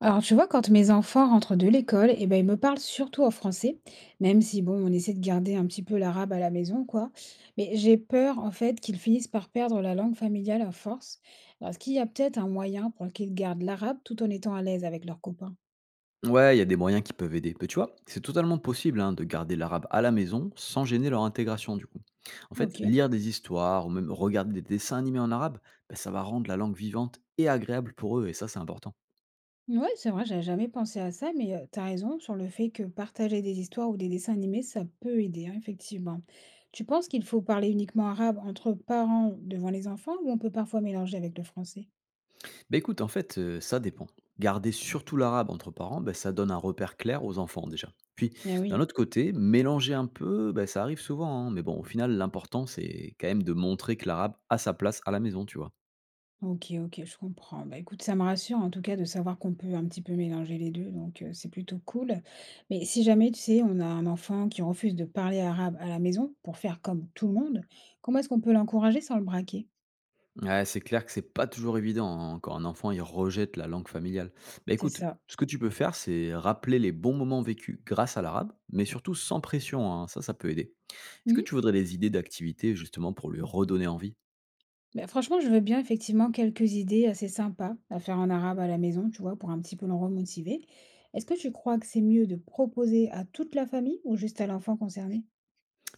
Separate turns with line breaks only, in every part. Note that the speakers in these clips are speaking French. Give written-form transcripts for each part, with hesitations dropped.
Alors, tu vois, quand mes enfants rentrent de l'école, eh ben, ils me parlent surtout en français, même si, bon, on essaie de garder un petit peu l'arabe à la maison, quoi. Mais j'ai peur, en fait, qu'ils finissent par perdre la langue familiale à force. Alors, est-ce qu'il y a peut-être un moyen pour qu'ils gardent l'arabe tout en étant à l'aise avec leurs copains?
Ouais, il y a des moyens qui peuvent aider. Mais tu vois, c'est totalement possible hein, de garder l'arabe à la maison sans gêner leur intégration du coup. En fait,
Ok.
lire des histoires ou même regarder des dessins animés en arabe, ben, ça va rendre la langue vivante et agréable pour eux, et ça c'est important.
Ouais, c'est vrai, j'avais jamais pensé à ça, mais tu as raison sur le fait que partager des histoires ou des dessins animés, ça peut aider, hein, effectivement. Tu penses qu'il faut parler uniquement arabe entre parents devant les enfants ou on peut parfois mélanger avec le français?
Bah écoute, en fait, ça dépend. Garder surtout l'arabe entre parents, bah, ça donne un repère clair aux enfants déjà. Puis,
Eh
d'un
oui.
autre côté, mélanger un peu, bah, ça arrive souvent, hein. Mais bon, au final, l'important, c'est quand même de montrer que l'arabe a sa place à la maison, tu vois.
OK, OK, je comprends. Bah, écoute, ça me rassure en tout cas de savoir qu'on peut un petit peu mélanger les 2, donc c'est plutôt cool. Mais si jamais, tu sais, on a un enfant qui refuse de parler arabe à la maison pour faire comme tout le monde, comment est-ce qu'on peut l'encourager sans le braquer?
Ouais, c'est clair que c'est pas toujours évident, hein, quand un enfant, il rejette la langue familiale. Bah,
C'est
écoute,
ça.
ce que tu peux faire, c'est rappeler les bons moments vécus grâce à l'arabe, mais surtout sans pression, hein, ça peut aider. Est-ce que
Mmh.
tu voudrais des idées d'activités, justement, pour lui redonner envie?
Bah, franchement, je veux bien effectivement quelques idées assez sympas à faire en arabe à la maison, tu vois, pour un petit peu le remotiver. Est-ce que tu crois que c'est mieux de proposer à toute la famille ou juste à l'enfant concerné?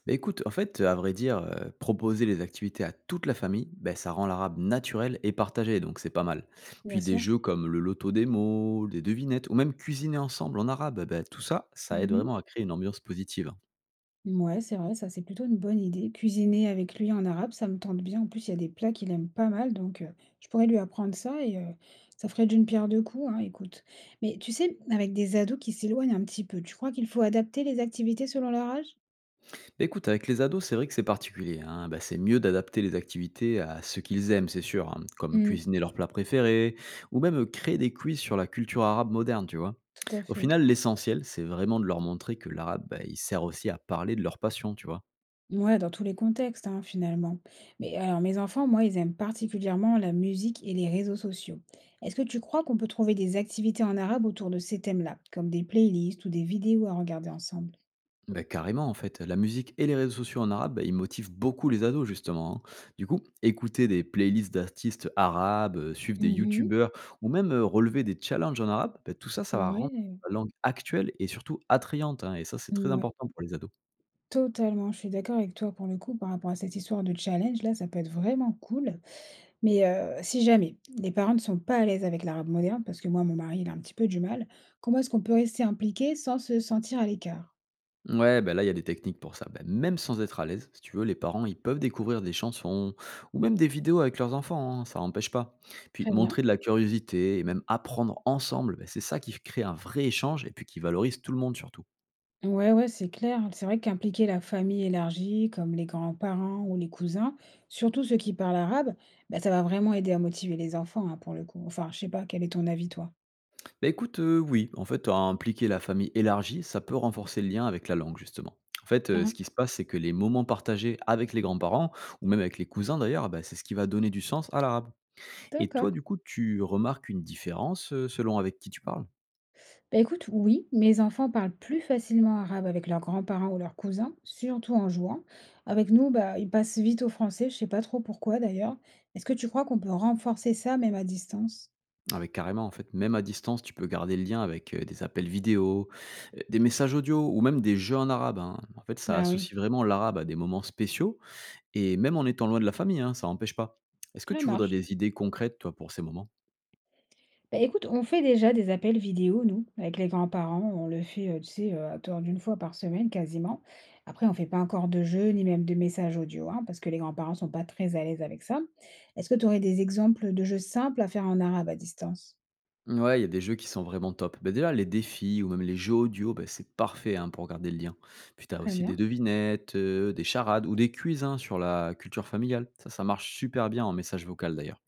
Bah, écoute, en fait, à vrai dire, proposer les activités à toute la famille, bah, ça rend l'arabe naturel et partagé, donc c'est pas mal.
Bien
Puis des
sûr.
jeux comme le loto des mots, des devinettes, ou même cuisiner ensemble en arabe, bah, tout ça, ça aide
Mmh.
vraiment à créer une ambiance positive.
Ouais, c'est vrai, ça, c'est plutôt une bonne idée. Cuisiner avec lui en arabe, ça me tente bien. En plus, il y a des plats qu'il aime pas mal, donc je pourrais lui apprendre ça et ça ferait d'une pierre deux coups, hein, écoute. Mais tu sais, avec des ados qui s'éloignent un petit peu, tu crois qu'il faut adapter les activités selon leur âge?
Bah, écoute, avec les ados, c'est vrai que c'est particulier, hein. Bah, c'est mieux d'adapter les activités à ce qu'ils aiment, c'est sûr, hein, comme
Mmh,
cuisiner leurs plats préférés, ou même créer des quiz sur la culture arabe moderne, tu vois.
tout à
Au
fait.
final, l'essentiel, c'est vraiment de leur montrer que l'arabe, bah, il sert aussi à parler de leur passion, tu vois.
Ouais, dans tous les contextes, hein, finalement. Mais alors, mes enfants, moi, ils aiment particulièrement la musique et les réseaux sociaux. Est-ce que tu crois qu'on peut trouver des activités en arabe autour de ces thèmes-là, comme des playlists ou des vidéos à regarder ensemble?
Bah, carrément, en fait. La musique et les réseaux sociaux en arabe, bah, ils motivent beaucoup les ados, justement, hein. Du coup, écouter des playlists d'artistes arabes, suivre des
Mhm.
youtubeurs ou même relever des challenges en arabe, bah, tout ça, ça va rendre
Ouais,
la langue actuelle et surtout attrayante, hein, et ça, c'est très
ouais,
important pour les ados.
totalement, je suis d'accord avec toi pour le coup par rapport à cette histoire de challenge là, ça peut être vraiment cool. Mais, si jamais les parents ne sont pas à l'aise avec l'arabe moderne, parce que moi, mon mari, il a un petit peu du mal, comment est-ce qu'on peut rester impliqué sans se sentir à l'écart?
Ouais, bah, là, il y a des techniques pour ça. Bah, même sans être à l'aise, si tu veux, les parents, ils peuvent découvrir des chansons ou même des vidéos avec leurs enfants, hein, ça n'empêche pas. Puis,
Très bien.
montrer de la curiosité et même apprendre ensemble, bah, c'est ça qui crée un vrai échange et puis qui valorise tout le monde, surtout.
Ouais, ouais, c'est clair. C'est vrai qu'impliquer la famille élargie, comme les grands-parents ou les cousins, surtout ceux qui parlent arabe, bah, ça va vraiment aider à motiver les enfants, hein, pour le coup. Enfin, je sais pas, quel est ton avis toi?
Bah écoute, oui, en fait, à impliquer la famille élargie, ça peut renforcer le lien avec la langue justement. En fait, ce
Hein,
qui se passe, c'est que les moments partagés avec les grands-parents ou même avec les cousins d'ailleurs, bah, c'est ce qui va donner du sens à l'arabe. Et toi,
d'accord.
du coup, tu remarques une différence, selon avec qui tu parles?
Bah, écoute, oui, mes enfants parlent plus facilement arabe avec leurs grands-parents ou leurs cousins, surtout en jouant. Avec nous, bah, ils passent vite au français, je sais pas trop pourquoi d'ailleurs. Est-ce que tu crois qu'on peut renforcer ça même à distance?
Avec carrément, en fait, même à distance, tu peux garder le lien avec, des appels vidéo, des messages audio ou même des jeux en arabe, hein. En fait, ça
Bah oui,
associe vraiment l'arabe à des moments spéciaux et même en étant loin de la famille, hein, ça n'empêche pas. Est-ce que
ça
tu voudrais
marche.
des idées concrètes, toi, pour ces moments?
Bah, écoute, on fait déjà des appels vidéo, nous, avec les grands-parents. On le fait, tu sais, à tort d'une fois par semaine quasiment. Après, on fait pas encore de jeux ni même de messages audio, hein, parce que les grands-parents sont pas très à l'aise avec ça. Est-ce que tu aurais des exemples de jeux simples à faire en arabe à distance?
Ouais, il y a des jeux qui sont vraiment top. Bah, déjà, les défis ou même les jeux audio, bah, c'est parfait hein, pour garder le lien. Puis tu as
Très
aussi des
bien.
devinettes, des charades ou des quiz hein, sur la culture familiale. Ça marche super bien en message vocal d'ailleurs.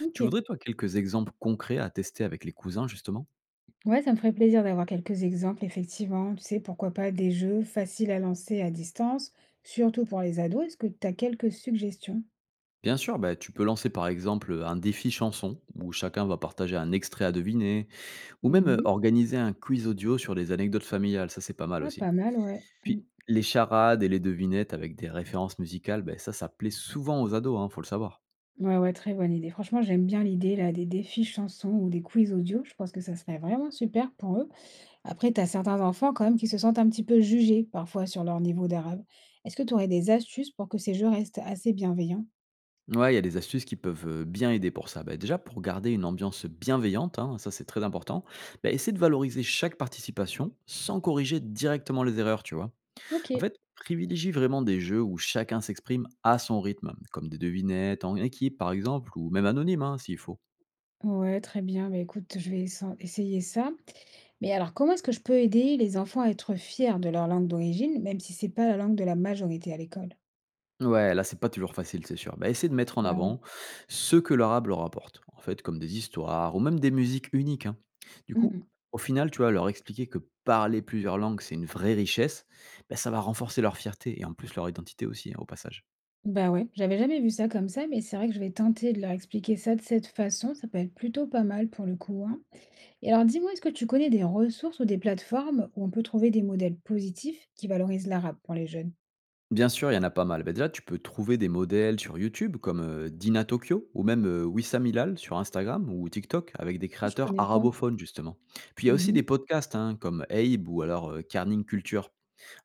Ok.
Tu voudrais, toi, quelques exemples concrets à tester avec les cousins, justement?
Ouais, ça me ferait plaisir d'avoir quelques exemples, effectivement. Tu sais, pourquoi pas des jeux faciles à lancer à distance, surtout pour les ados. Est-ce que tu as quelques suggestions?
Bien sûr, bah, tu peux lancer par exemple un défi chanson où chacun va partager un extrait à deviner ou même
Mhm.
organiser un quiz audio sur des anecdotes familiales. Ça, c'est pas mal
Ah,
aussi.
pas mal, ouais. Mm.
Puis les charades et les devinettes avec des références musicales, ben ça plaît souvent aux ados, hein, faut le savoir.
Ouais, ouais, très bonne idée. Franchement, j'aime bien l'idée là des défis chansons ou des quiz audio. Je pense que ça serait vraiment super pour eux. Après, tu as certains enfants quand même qui se sentent un petit peu jugés parfois sur leur niveau d'arabe. Est-ce que tu aurais des astuces pour que ces jeux restent assez bienveillants?
Ouais, il y a des astuces qui peuvent, bien aider pour ça. Bah, déjà pour garder une ambiance bienveillante, hein, ça c'est très important. Bah, essaie de valoriser chaque participation sans corriger directement les erreurs, tu vois?
Ok.
En fait, privilégie vraiment des jeux où chacun s'exprime à son rythme, comme des devinettes en équipe par exemple, ou même anonyme hein, s'il faut.
Ouais, très bien. Bah, écoute, je vais essayer ça. Mais alors, comment est-ce que je peux aider les enfants à être fiers de leur langue d'origine, même si c'est pas la langue de la majorité à l'école?
Ouais, là c'est pas toujours facile, c'est sûr. Bah, essaie de mettre en
Bah
avant
oui.
ce que l'arabe leur apporte, en fait, comme des histoires ou même des musiques uniques, hein. Du coup,
Mhm.
au final, tu vois, leur expliquer que parler plusieurs langues c'est une vraie richesse, bah, ça va renforcer leur fierté et en plus leur identité aussi, hein, au passage.
Bah ouais, j'avais jamais vu ça comme ça, mais c'est vrai que je vais tenter de leur expliquer ça de cette façon. Ça peut être plutôt pas mal pour le coup, hein. Et alors, dis-moi, est-ce que tu connais des ressources ou des plateformes où on peut trouver des modèles positifs qui valorisent l'arabe pour les jeunes?
Bien sûr, il y en a pas mal. Bah, déjà, tu peux trouver des modèles sur YouTube comme Dina Tokyo ou même Wissam Hilal sur Instagram ou TikTok avec des
Ah, je
créateurs
connais pas.
arabophones justement. Puis il y a aussi des
Mhm.
podcasts hein, comme Abe ou alors Carning Culture.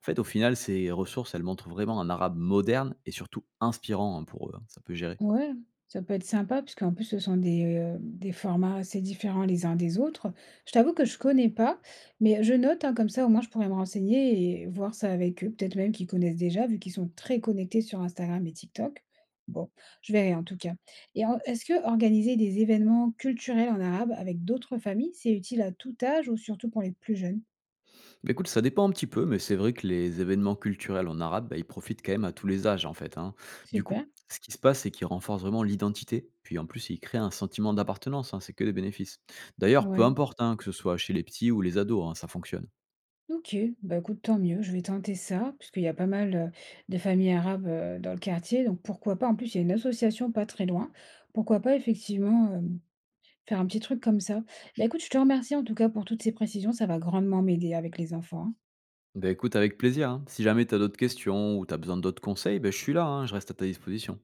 En fait, au final, ces ressources, elles montrent vraiment un arabe moderne et surtout inspirant hein, pour eux, hein. Ça peut gérer.
Ouais, ça peut être sympa parce qu'en plus ce sont des formats assez différents les uns des autres. Je t'avoue que je connais pas, mais je note, hein, comme ça au moins je pourrais me renseigner et voir ça avec eux. Peut-être même qu'ils connaissent déjà vu qu'ils sont très connectés sur Instagram et TikTok. Bon, je verrai en tout cas. Et en est-ce que organiser des événements culturels en arabe avec d'autres familles, c'est utile à tout âge ou surtout pour les plus jeunes?
Bah, écoute, ça dépend un petit peu, mais c'est vrai que les événements culturels en arabe, bah, ils profitent quand même à tous les âges, en fait, hein. Du coup,
Super,
ce qui se passe, c'est qu'ils renforcent vraiment l'identité, puis en plus, ils créent un sentiment d'appartenance, hein, c'est que des bénéfices. D'ailleurs, peu
ouais.
importe, hein, que ce soit chez les petits ou les ados, hein, ça fonctionne.
OK, bah, écoute, tant mieux, je vais tenter ça, puisqu'il y a pas mal, de familles arabes, dans le quartier, donc pourquoi pas? En plus, il y a une association pas très loin. Pourquoi pas effectivement, hem, faire un petit truc comme ça? Bah, écoute, je te remercie en tout cas pour toutes ces précisions, ça va grandement m'aider avec les enfants, hein.
Bah, écoute, avec plaisir, hein. Si jamais tu as d'autres questions ou tu as besoin d'autres conseils, bah, je suis là, hein, je reste à ta disposition.